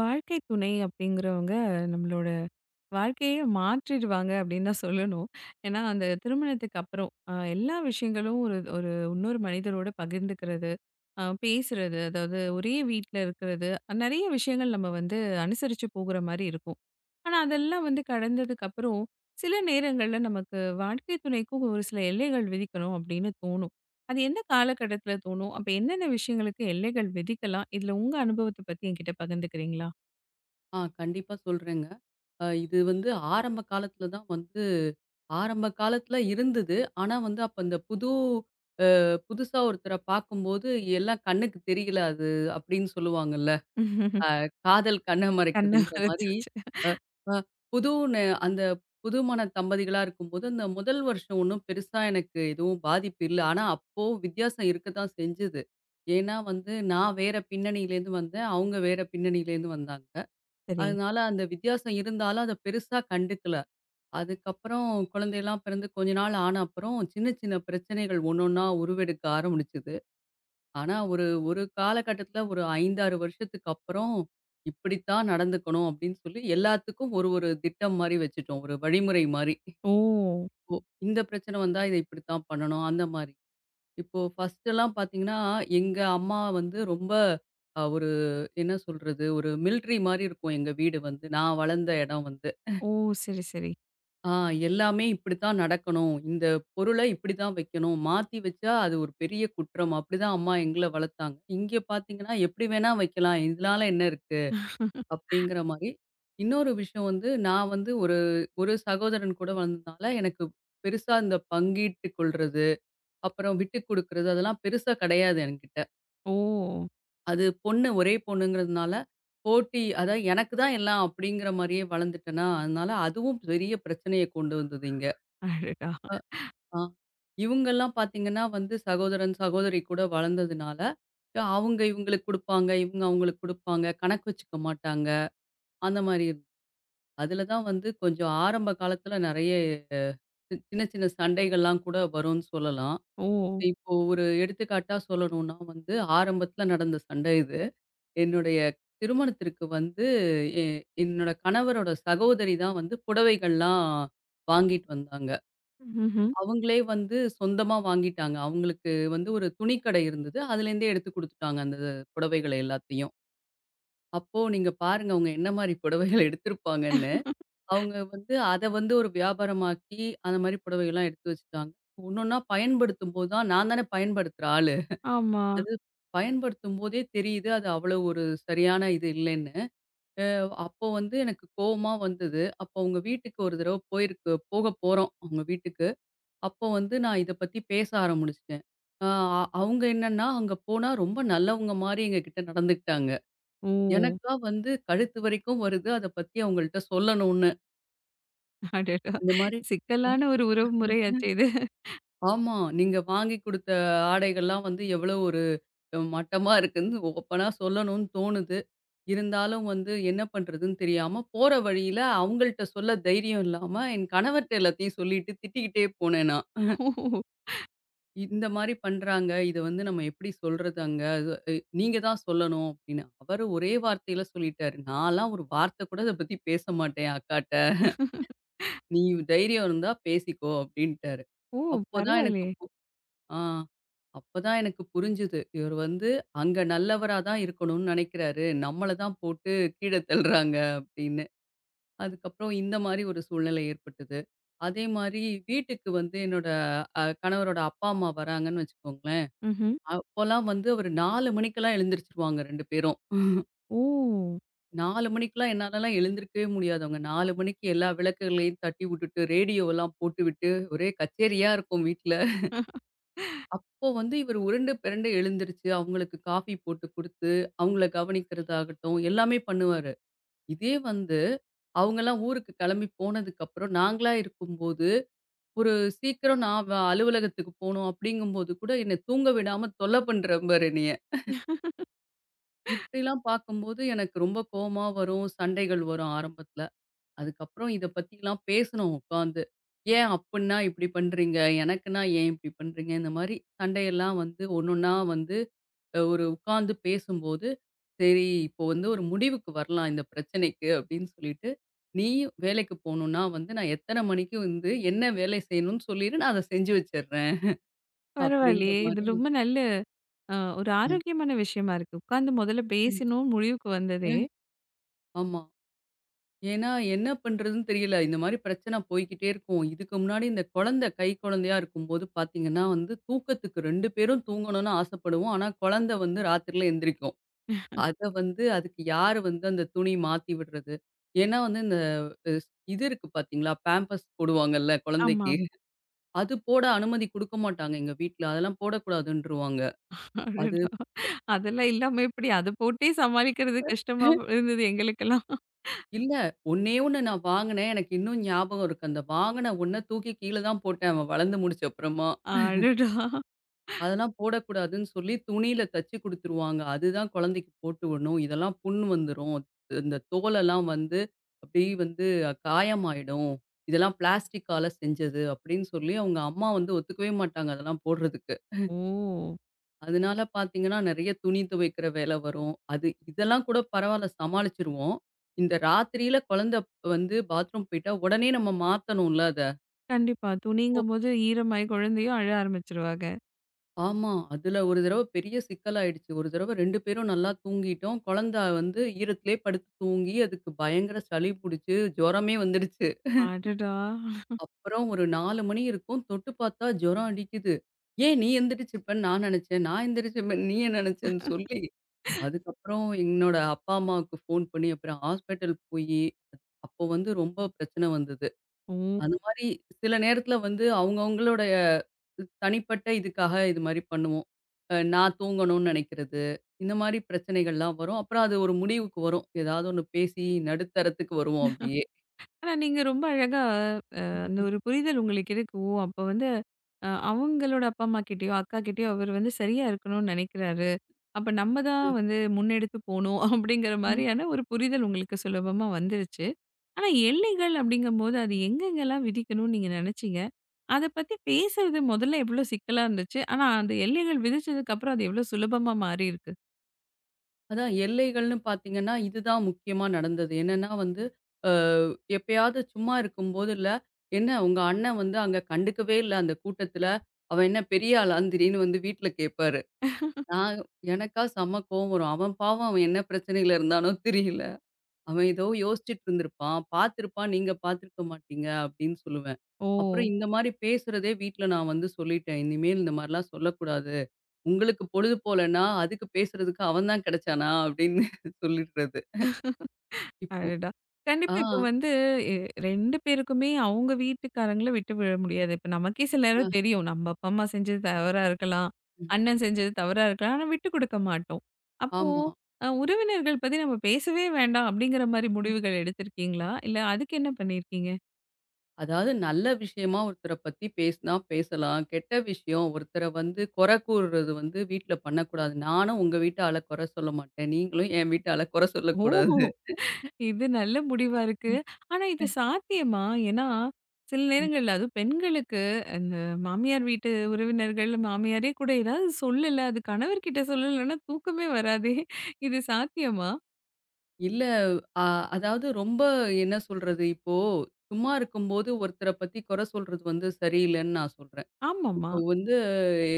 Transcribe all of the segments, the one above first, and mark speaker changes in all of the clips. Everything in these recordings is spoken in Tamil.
Speaker 1: வாழ்க்கை துணை அப்படிங்கிறவங்க நம்மளோட வாழ்க்கையே மாற்றிடுவாங்க அப்படின்னு தான் சொல்லணும். ஏன்னா, அந்த திருமணத்துக்கு அப்புறம் எல்லா விஷயங்களும் ஒரு ஒரு இன்னொரு மனிதரோட பகிர்ந்துக்கிறது, பேசுறது, அதாவது ஒரே வீட்ல இருக்கிறது, நெறைய விஷயங்கள் நம்ம வந்து அனுசரிச்சு போகுற மாரி இருக்கும். ஆனா, அதெல்லாம் வந்து கடந்ததுக்கு அப்புறம் சில நேரங்கள்ல நமக்கு வாழ்க்கை துணைக்கும் ஒரு சில எல்லைகள் விதிக்கணும் அப்படின்னு தோணும். அது எந்த காலகட்டத்தில தோணும்? அப்ப என்னென்ன விஷயங்களுக்கு எல்லைகள் விதிக்கலாம்? இதில உங்க அனுபவத்த பத்தி என்கிட்ட பகிர்ந்துக்கிறீங்களா?
Speaker 2: ஆ கண்டிப்பா சொல்றேங்க. இது வந்து ஆரம்ப காலத்துல தான் வந்து ஆரம்ப காலத்துல இருந்தது. ஆனா வந்து அப்ப இந்த புதுசா ஒருத்தர பார்க்கும்போது எல்லாம் கண்ணுக்கு தெரியல அது அப்படின்னு சொல்லுவாங்கல்ல. அ காதல் கண்ண
Speaker 1: கண்ண
Speaker 2: மறைக்குதுங்கிற மாரி.
Speaker 1: மறைச்சாச்சு.
Speaker 2: அ அ புது நெ அந்த புதுமண தம்பதிகளா இருக்கும்போது, அந்த முதல் வருஷம் ஒண்ணும் பெருசா எனக்கு எதுவும் பாதிப்பு இல்ல. ஆனா அப்போ வித்தியாசம் இருக்க தான் செஞ்சது. ஏன்னா வந்து நான் வேற பின்னணியிலேருந்து வந்தேன். அவங்க வேற பின்னணியிலேருந்து வந்தாங்க.
Speaker 1: சரி.
Speaker 2: அதனால அந்த வித்தியாசம் இருந்தாலும் அத பெருசா கண்டுக்கல. அதுக்கப்புறம் குழந்தையெல்லாம் பிறந்து கொஞ்ச நாள் ஆன அப்புறம், சின்ன சின்ன பிரச்சனைகள் ஒண்ணொன்னா உருவெடுக்க ஆரம்பிச்சது. ஆனா ஒரு ஒரு காலகட்டத்தில ஒரு 5, 6 வருஷத்துக்கு அப்புறம், இப்படித்தான் நடந்துக்கணும் அப்படின்னு சொல்லி எல்லாத்துக்கும் ஒரு ஒரு திட்டம் மாரி வச்சுட்டோம். ஒரு வழிமுறை மாரி.
Speaker 1: ஓ!
Speaker 2: இப்போ இந்த பிரச்சனை வந்தா இத இப்படித்தான் பண்ணணும் அந்த மாரி. இப்போ ஃபர்ஸ்ட்டெல்லாம் பார்த்தீங்கன்னா, எங்க அம்மா வந்து ரொம்ப ஒரு என்ன சொல்றது? ஒரு மிலிட்டரி மாரி இருக்கும் எங்க வீடு வந்து. நான் வளர்ந்த இடம் வந்து.
Speaker 1: ஓ! சரி, சரி.
Speaker 2: ஆ, எல்லாமே இப்படித்தான் நடக்கணும். இந்த பொருள இப்படித்தான் வைக்கணும். மாத்தி வச்சா அது ஒரு பெரிய குற்றம். அப்படிதான் அம்மா எங்கள வளர்த்தாங்க. இங்க பார்த்தீங்கன்னா, எப்படி வேணா வைக்கலாம். இதனால என்ன இருக்கு? அப்படிங்கிற மாரி. இன்னொரு விஷயம் வந்து நான் வந்து ஒரு ஒரு சகோதரன் கூட வளர்ந்ததுனால எனக்கு பெருசா இந்த பங்கிட்டுக் கொள்றது, அப்புறம் விட்டுக் குடுக்குறது அதெல்லாம் பெருசா கிடையாது என்கிட்ட.
Speaker 1: ஓ!
Speaker 2: அது பொண்ணு ஒரே பொண்ணுங்கிறதுனால போட்டி அதான் எனக்கு தான் எல்லாம் அப்படிங்கிற மாரியே வளர்ந்துட்டேனா, அதனால அதுவும் பெரிய பிரச்சனைய கொண்டு வந்தது இங்க.
Speaker 1: அடடா!
Speaker 2: ஆ. இவங்கெல்லாம் பார்த்தீங்கன்னா வந்து சகோதரன், சகோதரி கூட வளர்ந்ததுனால, அவங்க இவங்களுக்கு குடுப்பாங்க, இவங்க அவங்களுக்கு குடுப்பாங்க. கணக்கு வச்சுக்க மாட்டாங்க. அந்த மாரி இருந்துச்சு. அதில தான் வந்து கொஞ்சம் ஆரம்ப காலத்தில நெறைய சின்ன சின்ன சண்டைகள்லாம் கூட வரும்ன்னு சொல்லலாம்.
Speaker 1: ஓ!
Speaker 2: இப்போ ஒரு எடுத்துக்காட்டா சொல்லணும்னா வந்து, ஆரம்பத்தில நடந்த சண்டை இது. என்னுடைய திருமணத்திற்கு வந்து எ என்னோட கணவரோட சகோதரி தான் வந்து புடவைகள்லாம் வாங்கிட்டு வந்தாங்க.
Speaker 1: ம்ஹ்ம்.
Speaker 2: அவங்களே வந்து சொந்தமா வாங்கிட்டாங்க. அவங்களுக்கு வந்து ஒரு துணிக்கடை இருந்தது. அதுலேருந்தே எடுத்து குடுத்துட்டாங்க அந்த புடவைகள எல்லாத்தையும். அப்போ நீங்க பாருங்க அவங்க என்ன மாரி புடவைகள் எடுத்திருப்பாங்கன்னு. அவங்க வந்து அத வந்து ஒரு வியாபாரமாக்கி, அந்த மாரி புடவைகள்லாம் எடுத்து வச்சுட்டாங்க. ஒன்னொன்னா பயன்படுத்தும்போது தான் நான் தானே பயன்படுத்துற ஆளு.
Speaker 1: ஆமா.
Speaker 2: அது பயன்படுத்தும்போதே தெரியுது அது அவ்வளோ ஒரு சரியான இது இல்லைன்னு. அ அப்போ வந்து எனக்கு கோவமா வந்தது. அப்போ அவங்க வீட்டுக்கு ஒரு தடவ போயிருக்கு போக போறோம் அவங்க வீட்டுக்கு. அப்போ வந்து நான் இத பத்தி பேச ஆரம்பிச்சுட்டேன். அ அவங்க என்னன்னா, அங்க போனா ரொம்ப நல்லவங்க மாரி எங்ககிட்ட நடந்துக்கிட்டாங்க.
Speaker 1: ஓ!
Speaker 2: எனக்கா வந்து கழுத்து வரைக்கும் வருது அத பத்தி அவங்கள்ட்ட சொல்லணும்னு.
Speaker 1: அடடா!
Speaker 2: இந்த மாரி ம்,
Speaker 1: சிக்கலான ஒரு உறவு முறையாச்சே இது.
Speaker 2: ஆமா. நீங்க வாங்கி குடுத்த ஆடைகள்லாம் வந்து எவ்வளோ ஒரு மட்டமா இருக்குன்னு ஓப்பனா சொல்லணும்னு தோணுது. இருந்தாலும் வந்து என்ன பண்றதுன்னு தெரியாம போற வழியில அவங்கள்ட்ட சொல்ல தைரியம் இல்லாம என் கணவர்ட்ட எல்லாத்தையும் சொல்லிட்டு திட்டிக்கிட்டே போனேன் நான்.
Speaker 1: ஓ!
Speaker 2: இந்த மாரி பண்றாங்க. இத வந்து நம்ம எப்படி சொல்றது அங்க? அது அ நீங்க தான் சொல்லணும் அப்படின்னு. அவரு ஒரே வார்த்தையில சொல்லிட்டாரு. நான்லாம் ஒரு வார்த்தை கூட இத பத்தி பேச மாட்டேன் அக்காட்ட. நீ தைரியம் இருந்தா பேசிக்கோ அப்படின்ட்டாரு.
Speaker 1: ஓ!
Speaker 2: அப்போதான் எனக்கு
Speaker 1: பரவாயில்லயே!
Speaker 2: பு ஆ, அப்பதான் எனக்கு புரிஞ்சுது. இவர் வந்து அங்க நல்லவரா தான் இருக்கணும்னு நெனைக்கிறாரு. நம்மள தான் போட்டு கீழ தள்ளுறாங்க அப்படின்னு. அதுக்கப்புறம் இந்த மாரி ஒரு சூழ்நிலை ஏற்பட்டது. அதே மாரி வீட்டுக்கு வந்து என்னோட கணவரோட அப்பா, அம்மா வராங்கன்னு வச்சுக்கோங்களேன்.
Speaker 1: ம்ஹ்ம்.
Speaker 2: அப்போலாம் வந்து அவரு 4 மணிக்கெல்லாம் எழுந்திரிச்சுருவாங்க 2 பேரும்.
Speaker 1: ஓ!
Speaker 2: 4 மணிக்கெல்லாம் என்னாலலாம் எழுந்திருக்கவே முடியாது. அவங்க 4 மணிக்கு எல்லா விளக்குகளையும் தட்டி விட்டுட்டு, ரேடியோவெல்லாம் போட்டுவிட்டு, ஒரே கச்சேரியா இருக்கும் வீட்ல. அப்போ வந்து இவரு உருண்டு பிரண்டு எழுந்திருச்சு, அவங்களுக்கு காஃபி போட்டு குடுத்து, அவங்கள கவனிக்கிறதாகட்டும், எல்லாமே பண்ணுவாரு. இதே வந்து அவங்கலாம் ஊருக்கு கிளம்பி போனதுக்கப்புறம், நாங்களா இருக்கும்போது, ஒரு சீக்கிரம் நான் வ அலுவலகத்துக்கு போணும் அப்படிங்கும்போது கூட, என்ன தூங்க விடாம தொல்ல பண்றேன் பாரு என்னைய. இப்படிலாம் பார்க்கும்போது எனக்கு ரொம்ப கோவமா வரும். சண்டைகள் வரும் ஆரம்பத்துல. அதுக்கப்புறம் இத பத்திலாம் பேசணும் உட்காந்து. "ஏன் அப்புட்னா இப்படி பண்றீங்க? எனக்குன்னா ஏன் இப்படி பண்றீங்க?" இந்த மாரி சண்டையெல்லாம் வந்து ஒண்ணொன்னா வந்து ஒரு உட்காந்து பேசும்போது, "சரி இப்போ வந்து ஒரு முடிவுக்கு வரலாம் இந்த பிரச்சனைக்கு" அப்படின்னு சொல்லிட்டு, "நீயும் வேலைக்கு போணும்னா வந்து நான் எத்தன மணிக்கு வந்து என்ன வேலை செய்யணும்னு சொல்லிரு. நான் அத செஞ்சு வச்சுர்றேன்." அப்படிங்கிற
Speaker 1: பரவாயில்லயே! இது
Speaker 2: மாரி.
Speaker 1: ரொம்ப நல்ல ஒரு
Speaker 2: ம்,
Speaker 1: ஆரோக்கியமான விஷயமா இருக்கு. உட்கார்ந்து முதல்ல
Speaker 2: ம்,
Speaker 1: பேசினோம் முடிவுக்கு
Speaker 2: அ
Speaker 1: வந்ததே.
Speaker 2: ஆமா. ஏன்னா, என்ன பண்றதுன்னு தெரியல. இந்த மாரி பிரச்சனை போய்க்கிட்டே இருக்கும். இதுக்கு முன்னாடி இந்த குழந்தை கை குழந்தையா இருக்கும்போது பார்த்தீங்கன்னா வந்து, தூக்கத்துக்கு 2 பேரும் தூங்கணும்னு ஆசைப்படுவோம். ஆனா, குழந்தை வந்து ராத்திரில எந்திரிக்கும். அத வந்து அதுக்கு யாரு வந்து அந்த துணி மாத்தி விடுறது? ஏன்னா வந்து இந்த அ இது இருக்கு பார்த்தீங்களா? பேம்பர்ஸ் போடுவாங்கல்ல
Speaker 1: ஆமா.
Speaker 2: குழந்தைக்கு. அது போட அனுமதி குடுக்க மாட்டாங்க எங்க வீட்ல. அதெல்லாம் போடக்கூடாதுன்ருவாங்க. அது
Speaker 1: அடடா! அதெல்லாம் இல்லாம எப்படி அத போட்டே சமாளிக்கிறது கஷ்டமா இருந்தது எங்களுக்கெல்லாம்.
Speaker 2: இல்ல. ஒண்ணே ஒண்ணு நான் வாங்குனேன். எனக்கு இன்னும் ஞாபகம் இருக்கு. அந்த வாங்குன ஒண்ண தூக்கி கீழ தான் போட்டேன். அவன் வளர்ந்து முடிச்ச அப்புறமா.
Speaker 1: அடடா!
Speaker 2: அதெல்லாம் போடக்கூடாதுன்னு சொல்லி துணியில தச்சு குடுத்துருவாங்க. அதுதான் குழந்தைக்கு போட்டு விடணும். இதெல்லாம் புண் வந்துரும். இந்த தோலெல்லாம் வந்து அப்படியே வந்து காயமாயிடும். இதெல்லாம் பிளாஸ்டிக்கால செஞ்சது அப்படின்னு சொல்லி அவங்க அம்மா வந்து ஒத்துக்கவே மாட்டாங்க அதெல்லாம் போடுறதுக்கு.
Speaker 1: ஓ!
Speaker 2: அதனால பார்த்தீங்கன்னா, நெறைய துணி துவைக்கிற வேலை வரும். அது இதெல்லாம் கூட பரவால்ல சமாளிச்சுருவோம். இந்த ராத்திரியில குழந்தை வந்து பாத்ரூம் போயிட்டா உடனே நம்ம மாத்தணும்ல.
Speaker 1: கண்டிப்பா. துணிங்கும்போது ஈரமாயி குழந்தையும் அழ ஆரம்பிச்சுருவாங்க.
Speaker 2: ஆமா. அதுல ஒரு தடவ பெரிய சிக்கலாயிடுச்சு. ஒரு தடவ 2 பேரும் நல்லா தூங்கிட்டோம். குழந்த வந்து ஈரத்திலே படுத்து தூங்கி, அதுக்கு பயங்கர சளி புடிச்சு, ஜுரமே வந்துடுச்சு.
Speaker 1: அடடா!
Speaker 2: அப்புறம் ஒரு 4 மணி இருக்கும். தொட்டு பார்த்தா ஜுரம் அடிக்குது. "ஏன் நீ எந்திரிச்சிருப்பன்னு நான் நெனச்சேன். நான் எந்திரிச்சிருப்பேன்னு நீ ஏன் நெனச்சேன்னு?" சொல்லி, அதுக்கப்புறம் என்னோட அப்பா, அம்மாவுக்கு ஃபோன் பண்ணி, அப்புறம் ஹாஸ்பிட்டல் போயி, அப்போ வந்து ரொம்ப பிரச்சனை வந்தது.
Speaker 1: ஓ!
Speaker 2: அந்த மாரி சில நேரத்தில வந்து அவங்கவங்களுடைய தனிப்பட்ட இதுக்காக இது மாரி பண்ணுவோம். நான் தூங்கணும்னு நெனைக்கிறது, இந்த மாரி பிரச்சனைகள்லாம் வரும். அப்புறம் அது ஒரு முடிவுக்கு வரும். ஏதாவது ஒண்ணு பேசி நடுத்தரத்துக்கு வருவோம் அப்படியே.
Speaker 1: ஆனா நீங்க ரொம்ப அழகா அந்த
Speaker 2: ம்.
Speaker 1: ஒரு புரிதல் உங்களுக்கு இருக்கு. ஓ! அப்ப வந்து அவங்களோட அப்பா, அம்மா கிட்டயோ, அக்கா கிட்டயோ அவர் வந்து சரியா இருக்கணும்னு நெனைக்கிறாரு. அப்ப நம்ம தான்
Speaker 2: ம்.
Speaker 1: வந்து முன்னெடுத்து போணும் அப்படிங்கிற
Speaker 2: ம்.
Speaker 1: மாரியான ஒரு புரிதல் உங்களுக்கு சுலபமா வந்துருச்சு. ஆனா எல்லைகள் அப்படிங்கும்போது அது எங்கெங்கலாம் விதிக்கணும்னு நீங்க நெனச்சீங்க? அத பத்தி பேசுறது முதல்ல எவ்வளோ சிக்கலா இருந்துச்சு? ஆனா அந்த எல்லைகள் விதிச்சதுக்கு அப்புறம் அது எவ்வளோ சுலபமா மாறியிருக்கு?
Speaker 2: அதான் எல்லைகள்னு பார்த்தீங்கன்னா, இதுதான் முக்கியமா நடந்தது. என்னன்னா வந்து, அ எப்பயாவது சும்மா இருக்கும்போது இல்ல, "என்ன உங்க அண்ணன் வந்து அங்க கண்டுக்கவே இல்ல அந்த கூட்டத்தில. அவன் என்ன பெரிய ஆளான்னு திடீர்னு வந்து வீட்ல கேட்பாரு." நான் எனக்கா செம்ம கோவம் வரும். அவன் பாவம் அவன் என்ன பிரச்சனையில இருந்தானோ தெரியல. அவன் ஏதோ யோசிச்சுட்டு இருந்திருப்பான். பார்த்திருப்பான், நீங்க பார்த்திருக்க மாட்டீங்க அப்படின்னு சொல்லுவேன்.
Speaker 1: ஓ!
Speaker 2: அப்புறம் இந்த மாரி பேசுறதே வீட்ல நான் வந்து சொல்லிட்டேன். இனிமேல் இந்த மாரிலாம் சொல்லக்கூடாது. உங்களுக்கு பொழுது போலன்னா, அதுக்கு பேசுறதுக்கு அவன் தான் கிடைச்சானா அப்படின்னு சொல்லிடுறது. இப்போ
Speaker 1: அடடா!
Speaker 2: ஆ,
Speaker 1: கண்டிப்பா இப்ப வந்து எ 2 பேருக்குமே அவங்க வீட்டுக்காரங்கள விட்டு விழ முடியாது. இப்ப நமக்கே சில நேரம்
Speaker 2: ஆ.
Speaker 1: தெரியும். நம்ம அப்பா, அம்மா செஞ்சது தவறா இருக்கலாம்.
Speaker 2: ம்.
Speaker 1: அண்ணன் செஞ்சது தவறா இருக்கலாம். ஆனா விட்டு குடுக்க மாட்டோம். அப்போ
Speaker 2: ஆமா.
Speaker 1: உறவினர்கள் பத்தி நம்ம பேசவே வேண்டாம் அப்படிங்கிற மாரி முடிவுகள் எடுத்திருக்கீங்களா? இல்ல அதுக்கு என்ன பண்ணியிருக்கீங்க?
Speaker 2: அதாவது நல்ல விஷயமா ஒருத்தர பத்தி பேசினா பேசலாம். கெட்ட விஷயம் ஒருத்தர வந்து குறை கூறுறது வந்து வீட்ல பண்ணக்கூடாது. நானும் உங்க வீட்டு ஆள குறை சொல்ல மாட்டேன். நீங்களும் என் வீட்டு ஆள குறை
Speaker 1: ஓ!
Speaker 2: சொல்லக்கூடாது.
Speaker 1: இது நல்ல முடிவா இருக்கு. ஆனா இது சாத்தியமா? ஏன்னா, சில
Speaker 2: ம்.
Speaker 1: நேரங்கள்ல அதுவும் பெண்களுக்கு அந்த மாமியார் வீட்டு உறவினர்கள், மாமியாரே கூட ஏதாவது சொல்லல, அது கணவர்கிட்ட சொல்லலன்னா தூக்கமே வராதே! இது சாத்தியமா?
Speaker 2: இல்ல. அ அதாவது ரொம்ப என்ன சொல்றது? இப்போ சும்மா இருக்கும்போது ஒருத்தர பத்தி குறை சொல்றது வந்து சரியில்லன்னு நான் சொல்றேன்.
Speaker 1: ஆமாமா.
Speaker 2: இப்போ வந்து எ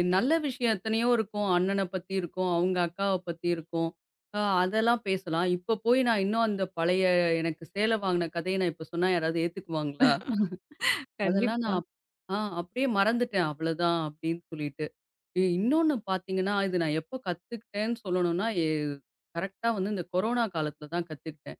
Speaker 2: எ- நல்ல விஷயம் எத்தனையோ இருக்கும். அண்ணன பத்தி இருக்கும், அவங்க அக்காவ பத்தி இருக்கும். அதெல்லாம் பேசலாம். இப்போ போய் நான் இன்னும் அந்த பழைய எனக்கு சேலை வாங்கின கதைய நான் இப்ப சொன்னா யாராவது ஏத்துக்குவாங்களா? அதெல்லாம்
Speaker 1: கண்டிப்பா.
Speaker 2: நான் அப் ஆ, அப்படியே மறந்துட்டேன் அவ்வளோதான் அப்படின்னு சொல்லிட்டு. இன்னொன்னு பார்த்தீங்கன்னா, இது நான் எப்போ கத்துக்கிட்டேன்னு சொல்லணும்னா, கரெக்ட்டா வந்து இந்த கொரோனா காலத்தில தான் கத்துக்கிட்டேன்.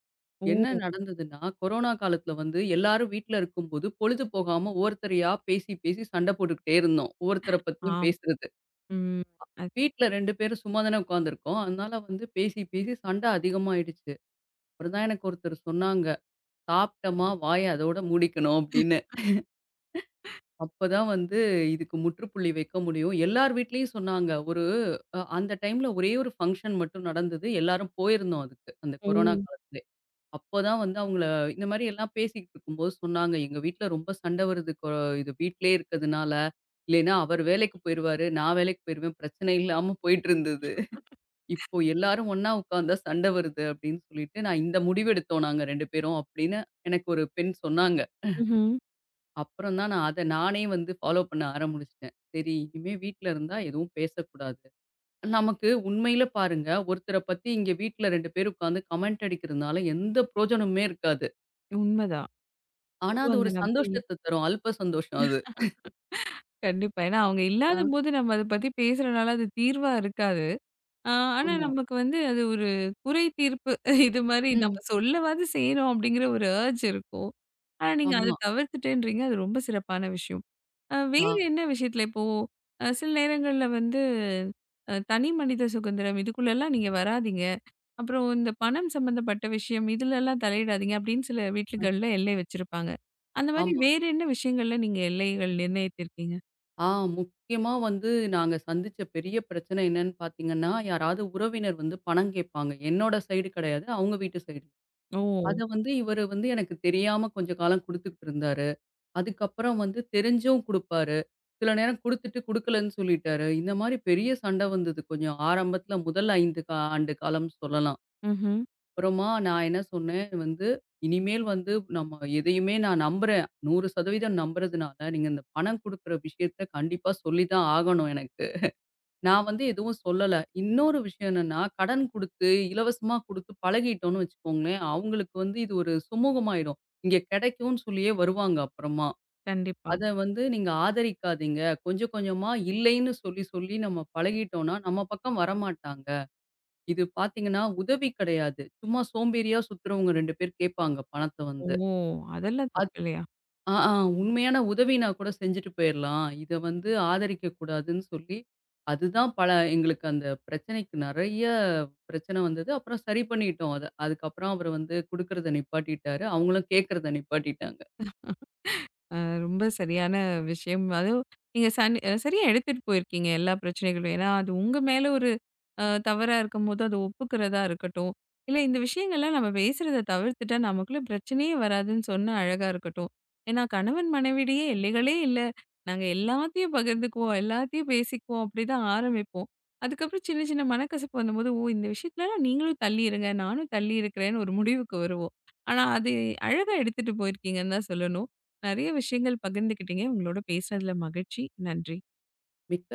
Speaker 2: என்ன
Speaker 1: ஓ!
Speaker 2: நடந்ததுன்னா, கொரோனா காலத்துல வந்து எல்லாரும் வீட்ல இருக்கும்போது, பொழுது போகாம ஒவ்வொருத்தரையா பேசி, பேசி சண்டை போட்டுக்கிட்டே இருந்தோம். ஒவ்வொருத்தர பத்தியும்
Speaker 1: ஆம்.
Speaker 2: பேசுறது.
Speaker 1: ம். அது
Speaker 2: வீட்ல 2 பேரும் சும்மா தானே உட்காந்துருக்கோம். அதனால வந்து பேசி, பேசி சண்டை அதிகமாயிடுச்சு. அப்புறம் தான் எனக்கு ஒருத்தர் சொன்னாங்க, "சாப்பிட்டமா வாய அதோட மூடிக்கணும்" அப்படின்னு. அப்பதான் வந்து இதுக்கு முற்றுப்புள்ளி வைக்க முடியும். எல்லார் வீட்லயும் சொன்னாங்க. ஒரு அ அந்த டைம்ல ஒரே ஒரு ஃபங்ஷன் மட்டும் நடந்தது. எல்லாரும் போயிருந்தோம் அதுக்கு, அந்த
Speaker 1: ஓ!
Speaker 2: கொரோனா காலத்திலே. அப்பதான் வந்து அவங்கள இந்த மாரி எல்லாம் பேசிக்கிட்டு இருக்கும்போது சொன்னாங்க, "எங்க வீட்ல ரொம்ப சண்டை வருது. இது வீட்லயே இருக்கிறதுனால. இல்லைன்னா அவர் வேலைக்கு போயிருவாரு. நான் வேலைக்கு போயிருவேன். பிரச்சனை இல்லாம போயிட்டு இருந்தது. இப்போ எல்லாரும் ஒண்ணா உட்கார்ந்தா சண்டை வருது." அப்படின்னு சொல்லிட்டு, "நான் இந்த முடிவெடுத்தோம் நாங்க 2 பேரும்." அப்படின்னு எனக்கு ஒரு பெண் சொன்னாங்க.
Speaker 1: ம்ஹ்ம்.
Speaker 2: அப்புறம் தான் நான் அத நானே வந்து ஃபாலோ பண்ண ஆரம்பிச்சுட்டேன். சரி இனிமே வீட்ல இருந்தா எதுவும் பேசக்கூடாது. நமக்கு உண்மையில பாருங்க, ஒருத்தர பத்தி இங்க வீட்ல 2 பேர் உட்கார்ந்து கமெண்ட் அடிக்கிறதுனால எந்த பிரயோஜனமுமே இருக்காது.
Speaker 1: உண்மதான்.
Speaker 2: ஆனா,
Speaker 1: அதுவும்
Speaker 2: அது
Speaker 1: அந்த
Speaker 2: ஒரு
Speaker 1: நபர் இல்ல.
Speaker 2: சந்தோஷத்த தரும். அல்ப சந்தோஷம் அது.
Speaker 1: கண்டிப்பா. ஏன்னா, அவங்க
Speaker 2: ஆ,
Speaker 1: இல்லாதபோது நம்ம அத பத்தி பேசுறனால அது தீர்வா இருக்காது. ஆ, ஆனா
Speaker 2: ஆமா.
Speaker 1: நமக்கு வந்து அது ஒரு குறை தீர்ப்பு இது மாரி ம்.
Speaker 2: ம்.
Speaker 1: நம்ம சொல்லவாது செய்றோம் அப்படிங்கிற ஒரு அர்ஜ் இருக்கும். ஆனா நீங்க அத
Speaker 2: ஆமா.
Speaker 1: தவிர்த்துட்டேன்றீங்க. அது ரொம்ப சிறப்பான விஷயம்.
Speaker 2: ஆ,
Speaker 1: வேறு என்ன விஷயத்துல இப்போ சில நேரங்கள்ல வந்து தனி மனித சுதந்திரம் இதுக்குள்ளலாம் நீங்க வராதீங்க. அப்புறம் இந்த பணம் சம்பந்தப்பட்ட விஷயம் இதுலலாம் தலையிடாதீங்க அப்படின்னு சில வீட்டுகள்ல எல்லை வச்சிருப்பாங்க. அந்த மாரி
Speaker 2: ஆமா.
Speaker 1: வேறு என்ன விஷயங்கள்ல நீங்க எல்லைகள் நிர்ணயித்திருக்கீங்க?
Speaker 2: ஆ, முக்கியமா வந்து நாங்க சந்திச்ச பெரிய பிரச்சனை என்னன்னு பார்த்தீங்கன்னா, யாராவது உறவினர் வந்து பணம் கேட்பாங்க. என்னோட சைடு கிடையாது. அவங்க வீட்டு சைடு.
Speaker 1: ஓ!
Speaker 2: அத வந்து இவரு வந்து எனக்கு தெரியாம கொஞ்ச காலம் குடுத்துக்கிட்டு இருந்தாரு. அதுக்கப்புறம் வந்து தெரிஞ்சும் குடுப்பாரு. சில நேரம் குடுத்துட்டு குடுக்கலன்னு சொல்லிட்டாரு. இந்த மாரி பெரிய சண்டை வந்தது. கொஞ்சம் ஆரம்பத்துல முதல் 5 ஆண்டு காலம் சொல்லலாம்.
Speaker 1: ம்ஹ்ம்.
Speaker 2: அப்புறமா நான் என்ன சொன்னேன் வந்து, "இனிமேல் வந்து நம்ம எதையுமே நான் நம்புறேன். 100% நம்புறதுனால, நீங்க இந்த பணம் குடுக்குற விஷயத்த கண்டிப்பா சொல்லி தான் ஆகணும் எனக்கு." நான் வந்து எதுவும் சொல்லல. இன்னொரு விஷயம் என்னன்னா, கடன் குடுத்து, இலவசமா குடுத்து பழகிட்டோம்னு வச்சுக்கோங்களேன், அவங்களுக்கு வந்து இது ஒரு சுமூகமாயிடும். இங்க கிடைக்கும்னு சொல்லியே வருவாங்க அப்புறமா.
Speaker 1: கண்டிப்பா.
Speaker 2: அத வந்து நீங்க ஆதரிக்காதீங்க. கொஞ்சம் கொஞ்சமா இல்லைன்னு சொல்லி சொல்லி நம்ம பழகிட்டோம்னா, நம்ம பக்கம் வரமாட்டாங்க. இது பார்த்தீங்கன்னா, உதவி கிடையாது. சும்மா சோம்பேறியா சுத்துறவங்க 2 பேர் கேட்பாங்க பணத்த
Speaker 1: ஓ!
Speaker 2: வந்து.
Speaker 1: அதெல்லாம்
Speaker 2: அது
Speaker 1: தப்பு இல்லையா?
Speaker 2: ஆ ஆ உண்மையான உதவினா கூட செஞ்சுட்டு போயிரலாம். இத வந்து ஆதரிக்கக்கூடாதுன்னு சொல்லி, அதுதான் பல எங்களுக்கு அந்த பிரச்சனைக்கு நெறைய பிரச்சனை வந்தது. அப்புறம் சரி பண்ணிட்டோம் அத. அதுக்கப்புறம் அவரு வந்து குடுக்கறத நிப்பாட்டிட்டாரு. அவங்களும் கேட்கறத நிப்பாட்டிட்டாங்க.
Speaker 1: அ ரொம்ப சரியான விஷயம். அதுவும் நீங்க சரியா எடுத்துட்டு போயிருக்கீங்க எல்லா பிரச்சனைகளும். ஏன்னா, அது உங்க மேல ஒரு தவறா இருக்கும்போது அத ஒப்புக்கிறதா இருக்கட்டும். இல்ல இந்த விஷயங்கள்லாம் நம்ம பேசுறத தவிர்த்துட்டா நமக்குள்ள பிரச்சனையே வராதுன்னு சொன்னா அழகா இருக்கட்டும். ஏன்னா கணவன் மனைவியிடையே எல்லைகளே இல்ல. நாங்க எல்லாத்தையும் பகிர்ந்துக்குவோம், எல்லாத்தையும் பேசிக்குவோம் அப்படிதான் ஆரம்பிப்போம். அதுக்கப்புறம் சின்ன சின்ன மனக்கசப்பு வந்தபோது, "ஓ! இந்த விஷயத்துலலாம் நீங்களும் தள்ளி இருங்க. நானும் தள்ளி இருக்கிறேன்னு" ஒரு முடிவுக்கு வருவோம். ஆனா அது அழகா எடுத்துட்டு போயிருக்கீங்கன்னு தான் சொல்லணும். நெறைய விஷயங்கள் பகிர்ந்துக்கிட்டீங்க. உங்களோட பேசுனதுல மகிழ்ச்சி. நன்றி.
Speaker 2: மிக்க